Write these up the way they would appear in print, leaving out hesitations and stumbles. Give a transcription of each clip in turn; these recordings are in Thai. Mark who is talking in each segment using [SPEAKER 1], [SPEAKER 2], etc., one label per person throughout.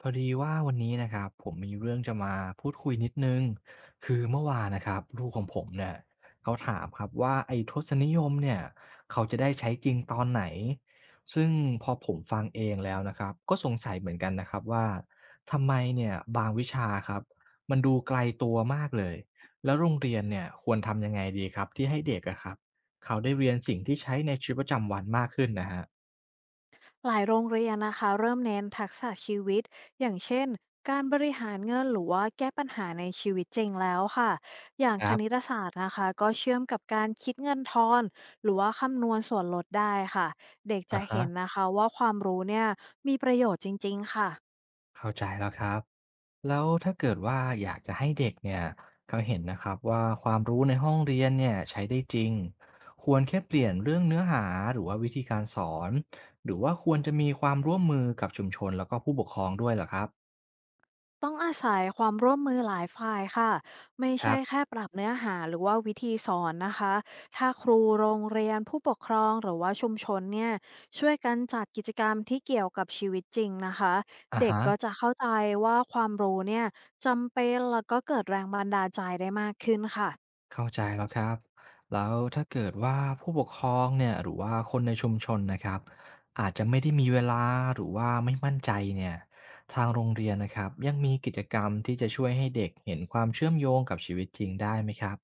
[SPEAKER 1] พอดีว่าวันนี้นะครับผมมีเรื่องจะมาพูดคุยนิดนึงคือเมื่อวานนะครับลูกของผมเนี่ยเขาถามครับว่าไอ้ทศนิยมเนี่ยเขาจะได้ใช้จริงตอนไหนซึ่งพอผมฟังเองแล้วนะครับก็สงสัยเหมือนกันนะครับว่าทำไมเนี่ยบางวิชาครับมันดูไกลตัวมากเลยแล้วโรงเรียนเนี่ยควรทำยังไงดีครับที่ให้เด็กอะครับเขาได้เรียนสิ่งที่ใช้ในชีวิตประจำวันมากขึ้นนะฮะ
[SPEAKER 2] หลายโรงเรียนนะคะเริ่มเน้นทักษะชีวิตอย่างเช่นการบริหารเงินหรือว่าแก้ปัญหาในชีวิตจริงแล้วค่ะอย่าง
[SPEAKER 1] ค
[SPEAKER 2] ค
[SPEAKER 1] รั
[SPEAKER 2] ณิ
[SPEAKER 1] บ
[SPEAKER 2] ตศาสตร์นะคะก็เชื่อมกับการคิดเงินทอนหรือว่าคำนวณส่วนลดได้ค่ะเด็ก
[SPEAKER 1] อ่ะ
[SPEAKER 2] จะเห็น
[SPEAKER 1] ฮะ
[SPEAKER 2] นะคะว่าความรู้เนี่ยมีประโยชน์จริงๆค่ะ
[SPEAKER 1] เข้าใจแล้วครับแล้วถ้าเกิดว่าอยากจะให้เด็กเนี่ยเขาเห็นนะครับว่าความรู้ในห้องเรียนเนี่ยใช้ได้จริงควรแค่เปลี่ยนเรื่องเนื้อหาหรือว่าวิธีการสอนหรือว่าควรจะมีความร่วมมือกับชุมชนแล้วก็ผู้ปกครองด้วยเหรอครับ
[SPEAKER 2] ต้องอาศัยความร่วมมือหลายฝ่ายค่ะไม่
[SPEAKER 1] ครั
[SPEAKER 2] ใช่
[SPEAKER 1] บ
[SPEAKER 2] แค่ปรับเนื้อหาหรือว่าวิธีสอนนะคะถ้าครูโรงเรียนผู้ปกครองหรือว่าชุมชนเนี่ยช่วยกันจัดกิจกรรมที่เกี่ยวกับชีวิตจริงนะคะ
[SPEAKER 1] อ่า
[SPEAKER 2] เด็ก
[SPEAKER 1] ฮะ
[SPEAKER 2] ก็จะเข้าใจว่าความรู้เนี่ยจำเป็นแล้วก็เกิดแรงบันดาลใจได้มากขึ้นค่ะ
[SPEAKER 1] เข้าใจแล้วครับแล้วถ้าเกิดว่าผู้ปกครองเนี่ยหรือว่าคนในชุมชนนะครับอาจจะไม่ได้มีเวลาหรือว่าไม่มั่นใจเนี่ยทางโรงเรียนนะครับยังมีกิจกรรมที่จะช่วยให้เด็กเห็นความเชื่อมโยงกับชีวิตจริงได้ไหมครับ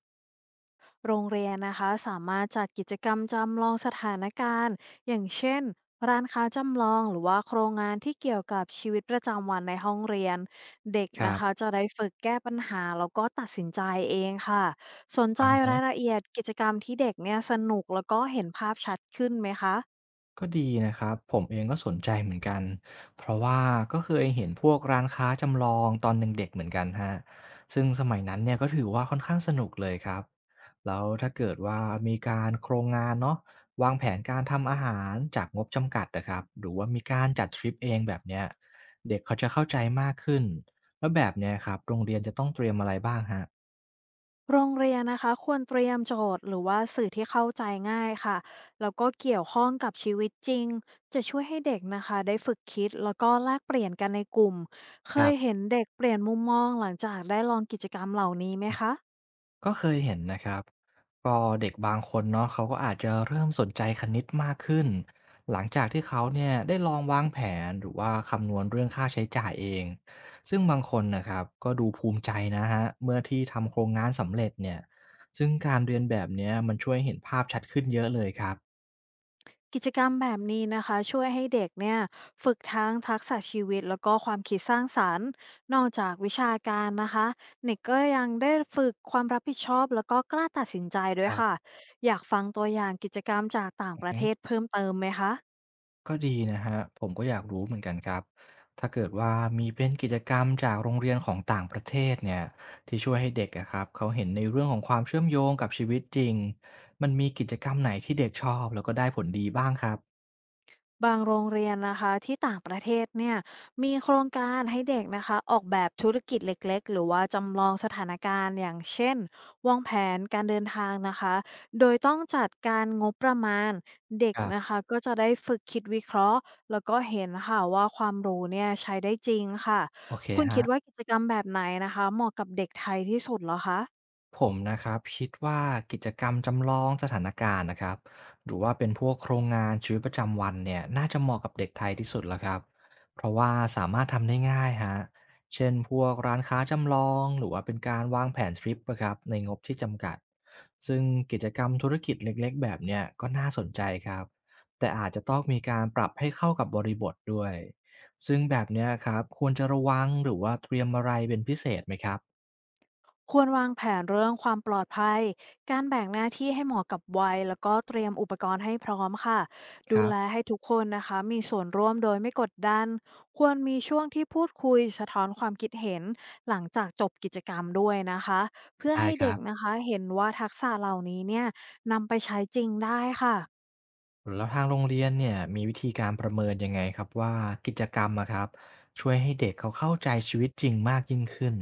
[SPEAKER 2] โรงเรียนนะคะสามารถจัดกิจกรรมจำลองสถานการณ์อย่างเช่นร้านค้าจำลองหรือว่าโครงงานที่เกี่ยวกับชีวิตประจำวันในห้องเรียนเด็ก
[SPEAKER 1] ครั
[SPEAKER 2] นะคะ
[SPEAKER 1] บ
[SPEAKER 2] จะได้ฝึกแก้ปัญหาแล้วก็ตัดสินใจเองค่ะสนใจรายละเอียดกิจกรรมที่เด็กเนี่ยสนุกแล้วก็เห็นภาพชัดขึ้นไหมคะ
[SPEAKER 1] ก็ดีนะครับผมเองก็สนใจเหมือนกันเพราะว่าก็เคยเห็นพวกร้านค้าจำลองตอนเด็กๆเหมือนกันฮะซึ่งสมัยนั้นเนี่ยก็ถือว่าค่อนข้างสนุกเลยครับแล้วถ้าเกิดว่ามีการโครงงานเนาะวางแผนการทำอาหารจากงบจำกัดนะครับหรือว่ามีการจัดทริปเองแบบเนี้ยเด็กเขาจะเข้าใจมากขึ้นแล้วแบบเนี้ยครับโรงเรียนจะต้องเตรียมอะไรบ้างฮ
[SPEAKER 2] โรงเรียนนะคะควรเตรียมโจทย์หรือว่าสื่อที่เข้าใจง่ายค่ะแล้วก็เกี่ยวข้องกับชีวิตจริงจะช่วยให้เด็กนะคะได้ฝึกคิดแล้วก็แลกเปลี่ยนกันในกลุ่มเคย
[SPEAKER 1] ะ
[SPEAKER 2] เห็นเด็กเปลี่ยนมุมมองหลังจากได้ลองกิจกรรมเหล่านี้ไหมคะ
[SPEAKER 1] ก็เคยเห็นนะครับก็เด็กบางคนเนาะเขาก็อาจจะเริ่มสนใจคณิตมากขึ้น หลังจากที่เขาเนี่ยได้ลองวางแผนหรือว่าคำนวณเรื่องค่าใช้จ่ายเอง ซึ่งบางคนนะครับก็ดูภูมิใจนะฮะเมื่อที่ทำโครงงานสำเร็จเนี่ยซึ่งการเรียนแบบเนี้ยมันช่วยเห็นภาพชัดขึ้นเยอะเลยครับ
[SPEAKER 2] กิจกรรมแบบนี้นะคะช่วยให้เด็กเนี่ยฝึกทั้งทักษะชีวิตแล้วก็ความคิดสร้างสรรค์นอกจากวิชาการนะคะเด็กก็ยังได้ฝึกความรับผิดชอบแล้วก็กล้าตัดสินใจด้
[SPEAKER 1] ค
[SPEAKER 2] วย
[SPEAKER 1] รั
[SPEAKER 2] ค่ะ
[SPEAKER 1] บ
[SPEAKER 2] อยากฟังตัวอย่างกิจกรรมจากต่างประเทศเพิ่มเติมไหมคะ
[SPEAKER 1] ก็ดีนะครับผมก็อยากรู้เหมือนกันครับถ้าเกิดว่ามีเป็นกิจกรรมจากโรงเรียนของต่างประเทศเนี่ยที่ช่วยให้เด็กอะครับเขาเห็นในเรื่องของความเชื่อมโยงกับชีวิตจริงมันมีกิจกรรมไหนที่เด็กชอบแล้วก็ได้ผลดีบ้างครับ
[SPEAKER 2] บางโรงเรียนนะคะที่ต่างประเทศเนี่ยมีโครงการให้เด็กนะคะออกแบบธุรกิจเล็กๆหรือว่าจำลองสถานการณ์อย่างเช่นวางแผนการเดินทางนะคะโดยต้องจัดการงบประมาณเด็ก
[SPEAKER 1] ครั
[SPEAKER 2] นะ
[SPEAKER 1] บ
[SPEAKER 2] คะก็จะได้ฝึกคิดวิเคราะห์แล้วก็เห็นค่ะว่าความรู้เนี่ยใช้ได้จริงค่ะ
[SPEAKER 1] โอเค
[SPEAKER 2] คุณ
[SPEAKER 1] ฮะ
[SPEAKER 2] คิดว่ากิจกรรมแบบไหนนะคะเหมาะกับเด็กไทยที่สุดเหรอคะ
[SPEAKER 1] ผมนะครับคิดว่ากิจกรรมจำลองสถานการณ์นะครับหรือว่าเป็นพวกโครงงานชีวิตประจำวันเนี่ยน่าจะเหมาะกับเด็กไทยที่สุดแล้วครับเพราะว่าสามารถทำได้ง่ายฮะเช่นพวกร้านค้าจำลองหรือว่าเป็นการวางแผนทริปนะครับในงบที่จำกัดซึ่งกิจกรรมธุรกิจเล็กๆแบบเนี่ยก็น่าสนใจครับแต่อาจจะต้องมีการปรับให้เข้ากับบริบทด้วยซึ่งแบบเนี้ยครับควรจะระวังหรือว่าเตรียมอะไรเป็นพิเศษไหมครับ
[SPEAKER 2] ควรวางแผนเรื่องความปลอดภัย การแบ่งหน้าที่ให้เหมาะกับวัยแล้วก็เตรียมอุปกรณ์ให้พร้อมค่ะ
[SPEAKER 1] ค
[SPEAKER 2] ดู
[SPEAKER 1] รับ
[SPEAKER 2] แลให้ทุกคนนะคะมีส่วนร่วมโดยไม่กดดัน ควรมีช่วงที่พูดคุยสะท้อนความคิดเห็นหลังจากจบกิจกรรมด้วยนะคะเพื่อ
[SPEAKER 1] ได้
[SPEAKER 2] ให้
[SPEAKER 1] ค
[SPEAKER 2] เด็
[SPEAKER 1] รั
[SPEAKER 2] ก
[SPEAKER 1] บ
[SPEAKER 2] นะคะเห็นว่าทักษะเหล่านี้เนี่ยนำไปใช้จริงได้ค่ะ
[SPEAKER 1] แล้วทางโรงเรียนเนี่ยมีวิธีการประเมินยังไงครับว่ากิจกรรมอะครับช่วยให้เด็กเขาเข้าใจชีวิตจริงมากยิ่งขึ้น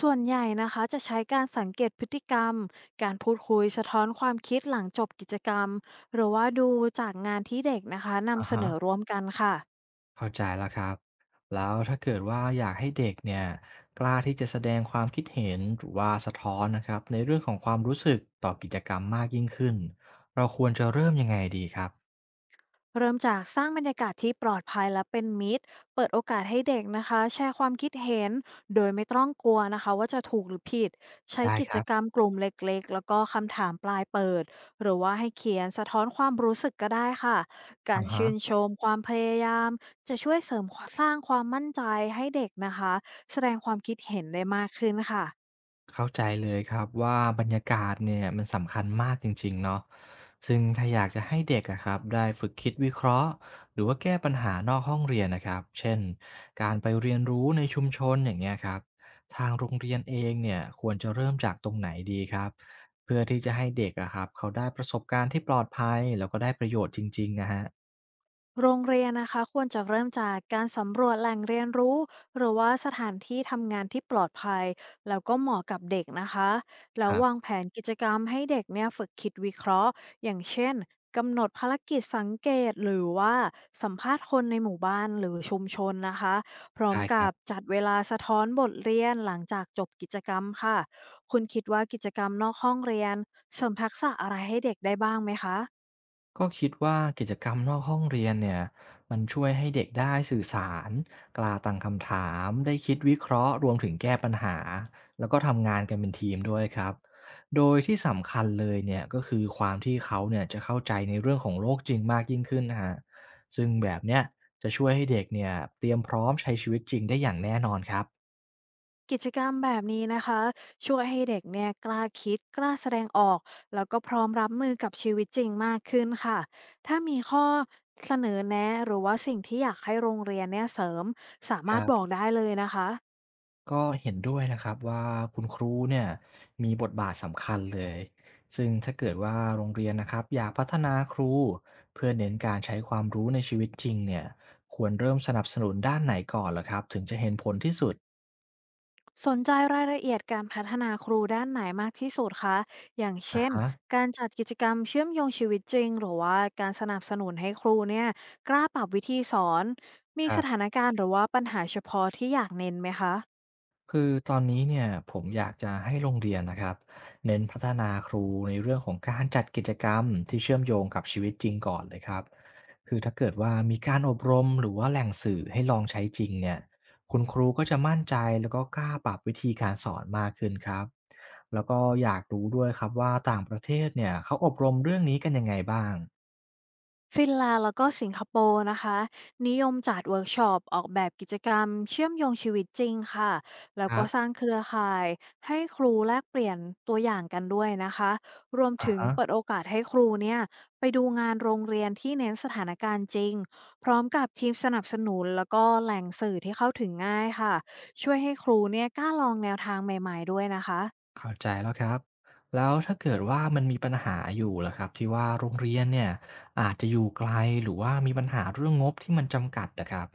[SPEAKER 2] ส่วนใหญ่นะคะจะใช้การสังเกตพฤติกรรมการพูดคุยสะท้อนความคิดหลังจบกิจกรรมหรือว่าดูจากงานที่เด็กนะคะ
[SPEAKER 1] อ่า
[SPEAKER 2] นำเส
[SPEAKER 1] ฮะ
[SPEAKER 2] นอร่วมกันค่ะ
[SPEAKER 1] เข้าใจแล้วครับแล้วถ้าเกิดว่าอยากให้เด็กเนี่ยกล้าที่จะแสดงความคิดเห็นหรือว่าสะท้อนนะครับในเรื่องของความรู้สึกต่อกิจกรรมมากยิ่งขึ้นเราควรจะเริ่มยังไงดีครับ
[SPEAKER 2] เริ่มจากสร้างบรรยากาศที่ปลอดภัยและเป็นมิตรเปิดโอกาสให้เด็กนะคะแชร์ความคิดเห็นโดยไม่ต้องกลัวนะคะว่าจะถูกหรือผิดใช้
[SPEAKER 1] ได้
[SPEAKER 2] กิ
[SPEAKER 1] ค
[SPEAKER 2] จ
[SPEAKER 1] รับ
[SPEAKER 2] กรรมกลุ่มเล็กๆแล้วก็คำถามปลายเปิดหรือว่าให้เขียนสะท้อนความรู้สึกก็ได้ค่ะกา
[SPEAKER 1] อ่า
[SPEAKER 2] ร
[SPEAKER 1] ฮะ
[SPEAKER 2] ชื่นชมความพยายามจะช่วยเสริมสร้างความมั่นใจให้เด็กนะคะแสดงความคิดเห็นได้มากขึ้นค่ะ
[SPEAKER 1] เข้าใจเลยครับว่าบรรยากาศเนี่ยมันสำคัญมากจริงๆเนาะซึ่งถ้าอยากจะให้เด็กอะครับได้ฝึกคิดวิเคราะห์หรือว่าแก้ปัญหานอกห้องเรียนนะครับเช่นการไปเรียนรู้ในชุมชนอย่างเงี้ยครับทางโรงเรียนเองเนี่ยควรจะเริ่มจากตรงไหนดีครับเพื่อที่จะให้เด็กอะครับเขาได้ประสบการณ์ที่ปลอดภัยแล้วก็ได้ประโยชน์จริงๆนะฮะ
[SPEAKER 2] โรงเรียนนะคะควรจะเริ่มจากการสำรวจแหล่งเรียนรู้หรือว่าสถานที่ทำงานที่ปลอดภัยแล้วก็เหมาะกับเด็กนะคะ
[SPEAKER 1] ค
[SPEAKER 2] แล้ว
[SPEAKER 1] รั
[SPEAKER 2] วาง
[SPEAKER 1] บ
[SPEAKER 2] แผนกิจกรรมให้เด็กเนี่ยฝึกคิดวิเคราะห์อย่างเช่นกำหนดภารกิจสังเกตหรือว่าสัมภาษณ์คนในหมู่บ้านหรือชุมชนนะคะพร้อม
[SPEAKER 1] ได้ค
[SPEAKER 2] กั
[SPEAKER 1] รับ
[SPEAKER 2] บจัดเวลาสะท้อนบทเรียนหลังจากจบกิจกรรมค่ะคุณคิดว่ากิจกรรมนอกห้องเรียนเสริมทักษะอะไรให้เด็กได้บ้างไหมคะ
[SPEAKER 1] ก็คิดว่ากิจกรรมนอกห้องเรียนเนี่ยมันช่วยให้เด็กได้สื่อสารกล้าตั้งคำถามได้คิดวิเคราะห์รวมถึงแก้ปัญหาแล้วก็ทำงานกันเป็นทีมด้วยครับโดยที่สำคัญเลยเนี่ยก็คือความที่เขาเนี่ยจะเข้าใจในเรื่องของโลกจริงมากยิ่งขึ้นนะฮะซึ่งแบบเนี้ยจะช่วยให้เด็กเนี่ยเตรียมพร้อมใช้ชีวิตจริงได้อย่างแน่นอนครับ
[SPEAKER 2] กิจกรรมแบบนี้นะคะช่วยให้เด็กเนี่ยกล้าคิดกล้าแสดงออกแล้วก็พร้อมรับมือกับชีวิตจริงมากขึ้นค่ะถ้ามีข้อเสนอแนะหรือว่าสิ่งที่อยากให้โรงเรียนเนี่ยเสริมสามารถบอกได้เลยนะคะ
[SPEAKER 1] ก็เห็นด้วยนะครับว่าคุณครูเนี่ยมีบทบาทสำคัญเลยซึ่งถ้าเกิดว่าโรงเรียนนะครับอยากพัฒนาครูเพื่อเน้นการใช้ความรู้ในชีวิตจริงเนี่ยควรเริ่มสนับสนุนด้านไหนก่อนล่ะครับถึงจะเห็นผลที่สุด
[SPEAKER 2] สนใจรายละเอียดการพัฒนาครูด้านไหนมากที่สุดคะอย่าง
[SPEAKER 1] อะ
[SPEAKER 2] เช่น
[SPEAKER 1] ฮะ
[SPEAKER 2] การจัดกิจกรรมเชื่อมโยงชีวิตจริงหรือว่าการสนับสนุนให้ครูเนี่ยกล้าปรับวิธีสอนมี
[SPEAKER 1] ครั
[SPEAKER 2] สถา
[SPEAKER 1] บ
[SPEAKER 2] นการณ์หรือว่าปัญหาเฉพาะที่อยากเน้นไหมคะ
[SPEAKER 1] คือตอนนี้เนี่ยผมอยากจะให้โรงเรียนนะครับเน้นพัฒนาครูในเรื่องของการจัดกิจกรรมที่เชื่อมโยงกับชีวิตจริงก่อนเลยครับ คือถ้าเกิดว่ามีการอบรมหรือว่าแหล่งสื่อให้ลองใช้จริงเนี่ยคุณครูก็จะมั่นใจแล้วก็กล้าปรับวิธีการสอนมากขึ้นครับแล้วก็อยากรู้ด้วยครับว่าต่างประเทศเนี่ยเขาอบรมเรื่องนี้กันยังไงบ้าง
[SPEAKER 2] ฟินแลนด์แล้วก็สิงคโปร์นะคะนิยมจัดเวิร์กช็อปออกแบบกิจกรรมเชื่อมโยงชีวิตจริงค่ะแล้
[SPEAKER 1] ค
[SPEAKER 2] ว
[SPEAKER 1] รั
[SPEAKER 2] ก็ส
[SPEAKER 1] บ
[SPEAKER 2] ร้างเครือข่ายให้ครูแลกเปลี่ยนตัวอย่างกันด้วยนะคะรวม
[SPEAKER 1] อ่ะ
[SPEAKER 2] ถึง
[SPEAKER 1] ฮะ
[SPEAKER 2] เปิดโอกาสให้ครูเนี่ยไปดูงานโรงเรียนที่เน้นสถานการณ์จริงพร้อมกับทีมสนับสนุนแล้วก็แหล่งสื่อที่เข้าถึงง่ายค่ะช่วยให้ครูเนี่ยกล้าลองแนวทางใหม่ๆด้วยนะคะ
[SPEAKER 1] เข้าใจแล้วครับแล้วถ้าเกิดว่ามันมีปัญหาอยู่ล่ะครับที่ว่าโรงเรียนเนี่ยอาจจะอยู่ไกลหรือว่ามีปัญหาเรื่องงบที่มันจำกัดนะครับ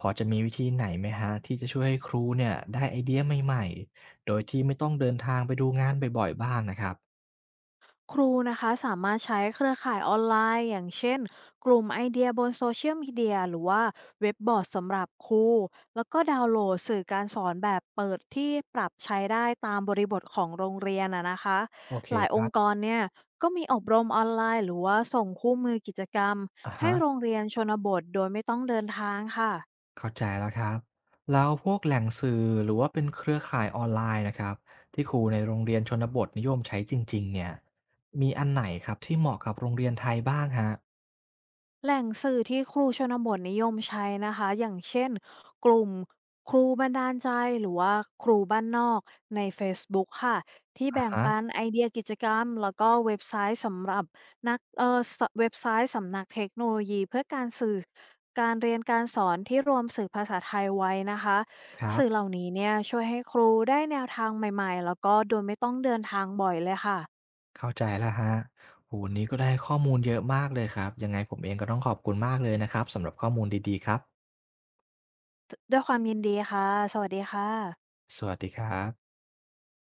[SPEAKER 1] พอจะมีวิธีไหนไหมฮะที่จะช่วยให้ครูเนี่ยได้ไอเดียใหม่ๆโดยที่ไม่ต้องเดินทางไปดูงานบ่อยๆบ้างนะครับ
[SPEAKER 2] ครูนะคะสามารถใช้เครือข่ายออนไลน์อย่างเช่นกลุ่มไอเดียบนโซเชียลมีเดียหรือว่าเว็บบอร์ดสำหรับครูแล้วก็ดาวน์โหลดสื่อการสอนแบบเปิดที่ปรับใช้ได้ตามบริบทของโรงเรียนนะคะ
[SPEAKER 1] โอเค
[SPEAKER 2] หลาย
[SPEAKER 1] ค
[SPEAKER 2] อ
[SPEAKER 1] รั
[SPEAKER 2] งค์ก
[SPEAKER 1] บ
[SPEAKER 2] รเนี่ยก็มีอบรมออนไลน์หรือว่าส่งคู่มือกิจกรรม
[SPEAKER 1] อ่ะ
[SPEAKER 2] ให้
[SPEAKER 1] ฮะ
[SPEAKER 2] โรงเรียนชนบทโดยไม่ต้องเดินทางค่ะ
[SPEAKER 1] เข้าใจแล้วครับแล้วพวกแหล่งสื่อหรือว่าเป็นเครือข่ายออนไลน์นะครับที่ครูในโรงเรียนชนบทนิยมใช้จริงๆเนี่ยมีอันไหนครับที่เหมาะกับโรงเรียนไทยบ้างฮะ
[SPEAKER 2] แหล่งสื่อที่ครูชนบทนิยมใช้นะคะอย่างเช่นกลุ่มครูบันดาลใจหรือว่าครูบ้านนอกใน Facebook ค่ะที่
[SPEAKER 1] อ่ะ
[SPEAKER 2] แบ่ง
[SPEAKER 1] ฮะ
[SPEAKER 2] ปันไอเดียกิจกรรมแล้วก็เว็บไซต์สำหรับนักเออสเว็บไซต์สำนักเทคโนโลยีเพื่อการสื่อการเรียนการสอนที่รวมสื่อภาษาไทยไว้นะคะ
[SPEAKER 1] ครับ
[SPEAKER 2] สื่อเหล่านี้เนี่ยช่วยให้ครูได้แนวทางใหม่ๆแล้วก็โดยไม่ต้องเดินทางบ่อยเลยค่ะ
[SPEAKER 1] เข้าใจแล้วฮะโหวันนี้ก็ได้ข้อมูลเยอะมากเลยครับยังไงผมเองก็ต้องขอบคุณมากเลยนะครับสำหรับข้อมูลดีๆครับ
[SPEAKER 2] ด้วยความยินดีค่ะสวัสดีค่ะ
[SPEAKER 1] สวัสดีครับ